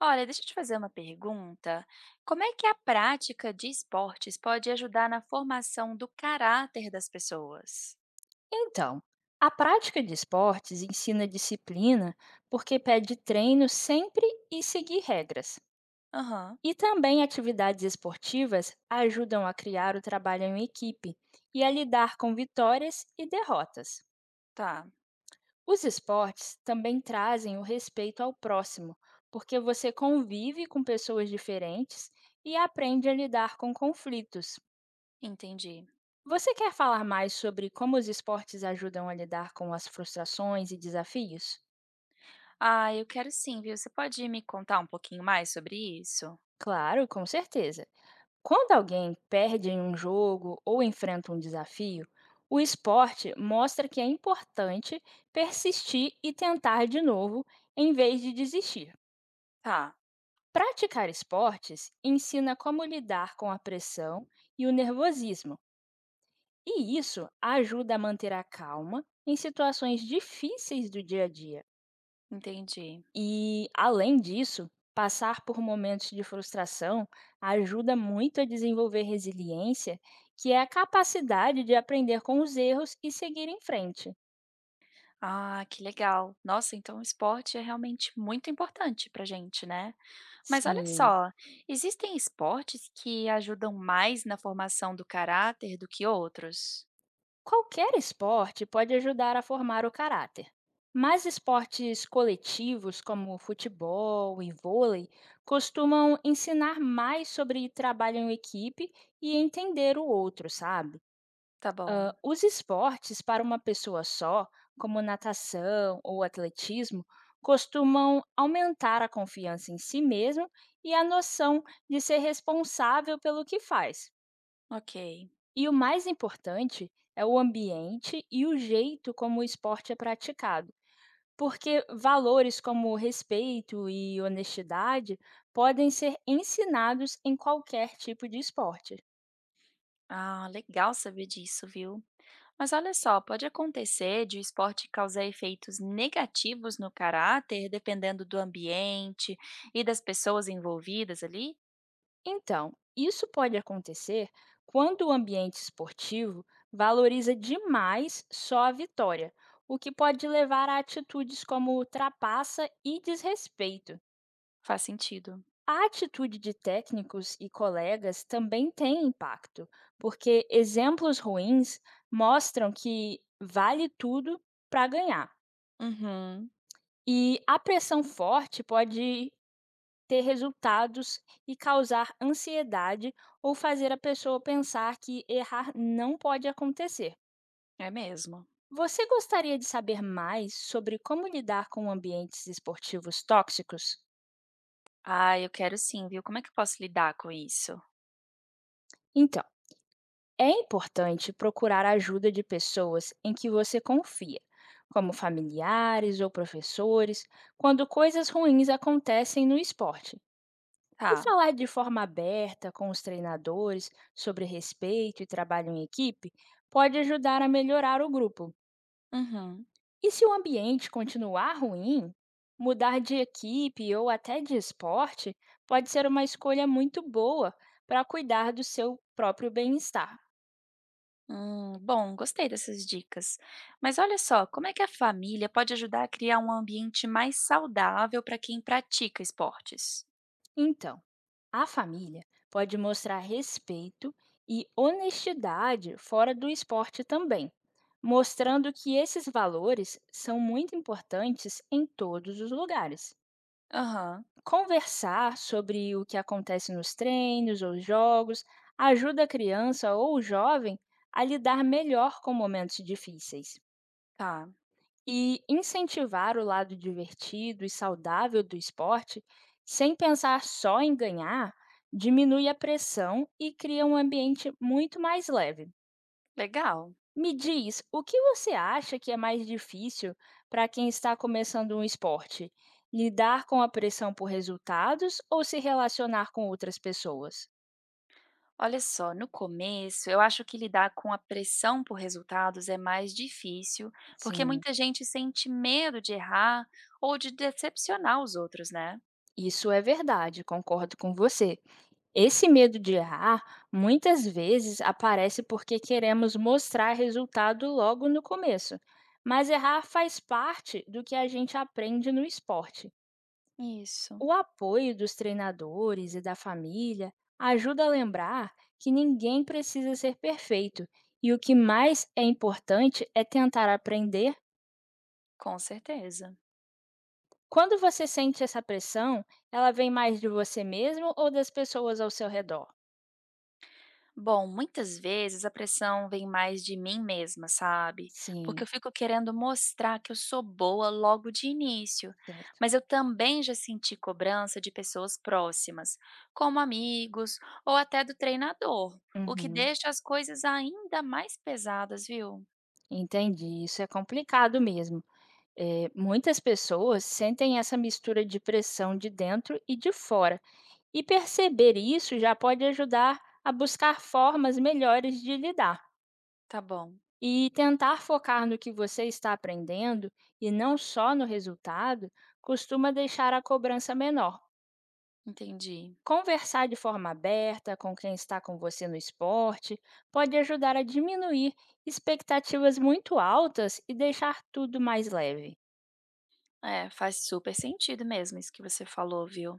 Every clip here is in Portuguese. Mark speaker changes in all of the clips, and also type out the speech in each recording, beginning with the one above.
Speaker 1: Olha, deixa eu te fazer uma pergunta. Como é que a prática de esportes pode ajudar na formação do caráter das pessoas?
Speaker 2: Então, a prática de esportes ensina disciplina porque pede treino sempre e seguir regras.
Speaker 1: Aham,
Speaker 2: E também atividades esportivas ajudam a criar o trabalho em equipe e a lidar com vitórias e derrotas.
Speaker 1: tá,
Speaker 2: Os esportes também trazem o respeito ao próximo, porque você convive com pessoas diferentes e aprende a lidar com conflitos.
Speaker 1: entendi.
Speaker 2: Você quer falar mais sobre como os esportes ajudam a lidar com as frustrações e desafios?
Speaker 1: Ah, eu quero sim, viu? Você pode me contar um pouquinho mais sobre isso?
Speaker 2: Claro, com certeza. Quando alguém perde em um jogo ou enfrenta um desafio, o esporte mostra que é importante persistir e tentar de novo, em vez de desistir.
Speaker 1: Tá,
Speaker 2: Praticar esportes ensina como lidar com a pressão e o nervosismo, e isso ajuda a manter a calma em situações difíceis do dia a dia.
Speaker 1: entendi.
Speaker 2: E, além disso, passar por momentos de frustração ajuda muito a desenvolver resiliência, que é a capacidade de aprender com os erros e seguir em frente.
Speaker 1: Ah, que legal. Nossa, então o esporte é realmente muito importante pra gente, né? Mas olha
Speaker 2: Sim,
Speaker 1: só, existem esportes que ajudam mais na formação do caráter do que outros?
Speaker 2: qualquer esporte pode ajudar a formar o caráter. Mas esportes coletivos como futebol e vôlei costumam ensinar mais sobre trabalho em equipe e entender o outro, sabe?
Speaker 1: Tá bom,
Speaker 2: Os esportes para uma pessoa só, como natação ou atletismo, costumam aumentar a confiança em si mesmo e a noção de ser responsável pelo que faz.
Speaker 1: ok.
Speaker 2: E o mais importante é o ambiente e o jeito como o esporte é praticado, porque valores como respeito e honestidade podem ser ensinados em qualquer tipo de esporte.
Speaker 1: Ah, legal saber disso, viu? Mas olha só, pode acontecer de o esporte causar efeitos negativos no caráter, dependendo do ambiente e das pessoas envolvidas ali?
Speaker 2: Então, isso pode acontecer quando o ambiente esportivo valoriza demais só a vitória, o que pode levar a atitudes como ultrapassa e desrespeito.
Speaker 1: Faz sentido.
Speaker 2: A atitude de técnicos e colegas também tem impacto, porque exemplos ruins mostram que vale tudo para ganhar.
Speaker 1: Uhum,
Speaker 2: E a pressão forte pode ter resultados e causar ansiedade ou fazer a pessoa pensar que errar não pode acontecer.
Speaker 1: é mesmo.
Speaker 2: Você gostaria de saber mais sobre como lidar com ambientes esportivos tóxicos?
Speaker 1: Ah, eu quero sim, viu? Como é que eu posso lidar com isso?
Speaker 2: Então, é importante procurar a ajuda de pessoas em que você confia, como familiares ou professores, quando coisas ruins acontecem no esporte. E
Speaker 1: Tá.
Speaker 2: falar de forma aberta com os treinadores sobre respeito e trabalho em equipe pode ajudar a melhorar o grupo.
Speaker 1: Uhum.
Speaker 2: E se o ambiente continuar ruim, mudar de equipe ou até de esporte pode ser uma escolha muito boa para cuidar do seu próprio bem-estar.
Speaker 1: Bom, gostei dessas dicas. Mas olha só, como é que a família pode ajudar a criar um ambiente mais saudável para quem pratica esportes?
Speaker 2: Então, a família pode mostrar respeito e honestidade fora do esporte também, mostrando que esses valores são muito importantes em todos os lugares.
Speaker 1: Aham,
Speaker 2: Conversar sobre o que acontece nos treinos ou jogos ajuda a criança ou o jovem a lidar melhor com momentos difíceis.
Speaker 1: tá.
Speaker 2: E incentivar o lado divertido e saudável do esporte, sem pensar só em ganhar, diminui a pressão e cria um ambiente muito mais leve.
Speaker 1: Legal.
Speaker 2: Me diz, o que você acha que é mais difícil para quem está começando um esporte? Lidar com a pressão por resultados ou se relacionar com outras pessoas?
Speaker 1: Olha só, no começo, eu acho que lidar com a pressão por resultados é mais difícil, porque
Speaker 2: Sim,
Speaker 1: muita gente sente medo de errar ou de decepcionar os outros, né?
Speaker 2: isso é verdade, concordo com você. Esse medo de errar muitas vezes aparece porque queremos mostrar resultado logo no começo, mas errar faz parte do que a gente aprende no esporte.
Speaker 1: Isso.
Speaker 2: O apoio dos treinadores e da família ajuda a lembrar que ninguém precisa ser perfeito e o que mais é importante é tentar aprender.
Speaker 1: Com certeza.
Speaker 2: Quando você sente essa pressão, ela vem mais de você mesmo ou das pessoas ao seu redor?
Speaker 1: Bom, muitas vezes a pressão vem mais de mim mesma, sabe? Porque
Speaker 2: Sim,
Speaker 1: eu fico querendo mostrar que eu sou boa logo de início.
Speaker 2: certo.
Speaker 1: Mas eu também já senti cobrança de pessoas próximas, como amigos ou até do treinador, o que
Speaker 2: Uhum.
Speaker 1: deixa as coisas ainda mais pesadas, viu?
Speaker 2: Entendi, isso é complicado mesmo. Muitas pessoas sentem essa mistura de pressão de dentro e de fora, e perceber isso já pode ajudar a buscar formas melhores de lidar.
Speaker 1: Tá bom,
Speaker 2: E tentar focar no que você está aprendendo e não só no resultado costuma deixar a cobrança menor.
Speaker 1: entendi.
Speaker 2: Conversar de forma aberta com quem está com você no esporte pode ajudar a diminuir expectativas muito altas e deixar tudo mais leve.
Speaker 1: É, faz super sentido mesmo isso que você falou, viu?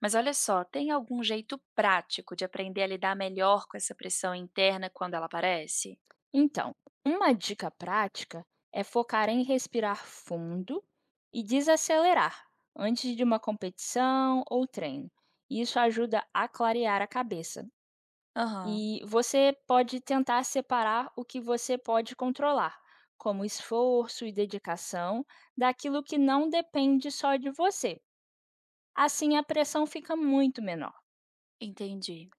Speaker 1: Mas olha só, tem algum jeito prático de aprender a lidar melhor com essa pressão interna quando ela aparece?
Speaker 2: Então, uma dica prática é focar em respirar fundo e desacelerar antes de uma competição ou treino. Isso ajuda a clarear a cabeça.
Speaker 1: Aham,
Speaker 2: E você pode tentar separar o que você pode controlar, como esforço e dedicação, daquilo que não depende só de você. Assim, a pressão fica muito menor.
Speaker 1: entendi.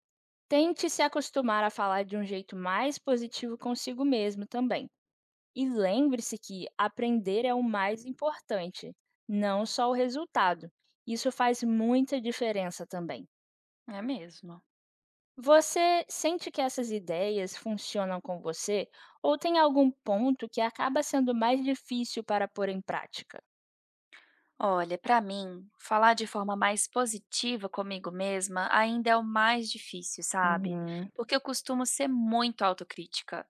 Speaker 2: Tente se acostumar a falar de um jeito mais positivo consigo mesmo também. E lembre-se que aprender é o mais importante, não só o resultado. Isso faz muita diferença também.
Speaker 1: É mesmo.
Speaker 2: Você sente que essas ideias funcionam com você ou tem algum ponto que acaba sendo mais difícil para pôr em prática?
Speaker 1: Olha, pra mim, falar de forma mais positiva comigo mesma ainda é o mais difícil, sabe?
Speaker 2: Uhum,
Speaker 1: Porque eu costumo ser muito autocrítica.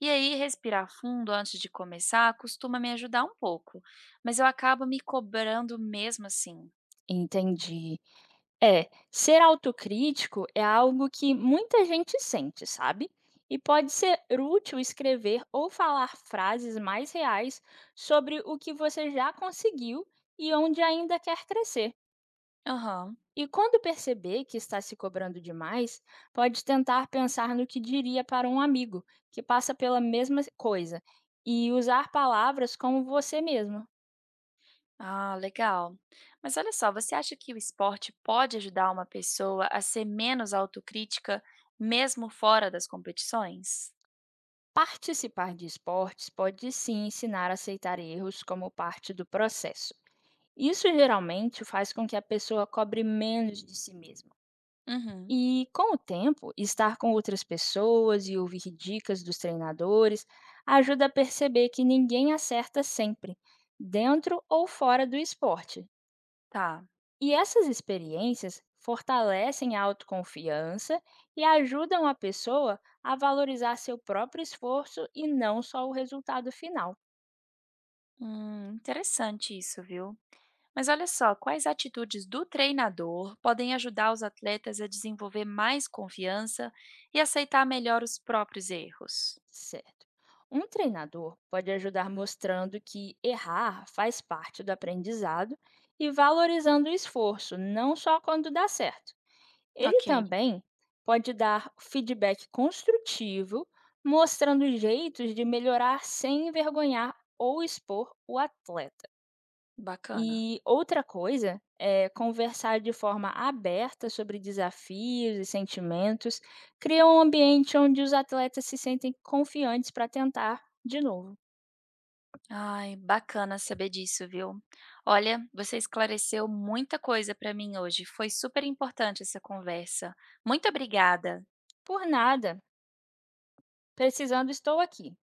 Speaker 1: E aí, respirar fundo antes de começar costuma me ajudar um pouco, mas eu acabo me cobrando mesmo assim.
Speaker 2: entendi. É, ser autocrítico é algo que muita gente sente, sabe? E pode ser útil escrever ou falar frases mais reais sobre o que você já conseguiu e onde ainda quer crescer.
Speaker 1: Aham.
Speaker 2: E quando perceber que está se cobrando demais, pode tentar pensar no que diria para um amigo que passa pela mesma coisa e usar palavras como você mesmo.
Speaker 1: Ah, legal. Mas olha só, você acha que o esporte pode ajudar uma pessoa a ser menos autocrítica mesmo fora das competições?
Speaker 2: Participar de esportes pode sim ensinar a aceitar erros como parte do processo. Isso geralmente faz com que a pessoa cobre menos de si mesma.
Speaker 1: Uhum.
Speaker 2: E, com o tempo, estar com outras pessoas e ouvir dicas dos treinadores ajuda a perceber que ninguém acerta sempre, dentro ou fora do esporte.
Speaker 1: Tá.
Speaker 2: E essas experiências fortalecem a autoconfiança e ajudam a pessoa a valorizar seu próprio esforço e não só o resultado final.
Speaker 1: Interessante isso, viu? Mas olha só, quais atitudes do treinador podem ajudar os atletas a desenvolver mais confiança e aceitar melhor os próprios erros?
Speaker 2: Certo. Um treinador pode ajudar mostrando que errar faz parte do aprendizado e valorizando o esforço, não só quando dá certo. Ele
Speaker 1: Ok,
Speaker 2: também pode dar feedback construtivo, mostrando jeitos de melhorar sem envergonhar ou expor o atleta.
Speaker 1: bacana.
Speaker 2: E outra coisa é conversar de forma aberta sobre desafios e sentimentos, cria um ambiente onde os atletas se sentem confiantes para tentar de novo.
Speaker 1: Ai, bacana saber disso, viu? Olha, você esclareceu muita coisa para mim hoje. Foi super importante essa conversa. Muito obrigada.
Speaker 2: Por nada, precisando, estou aqui.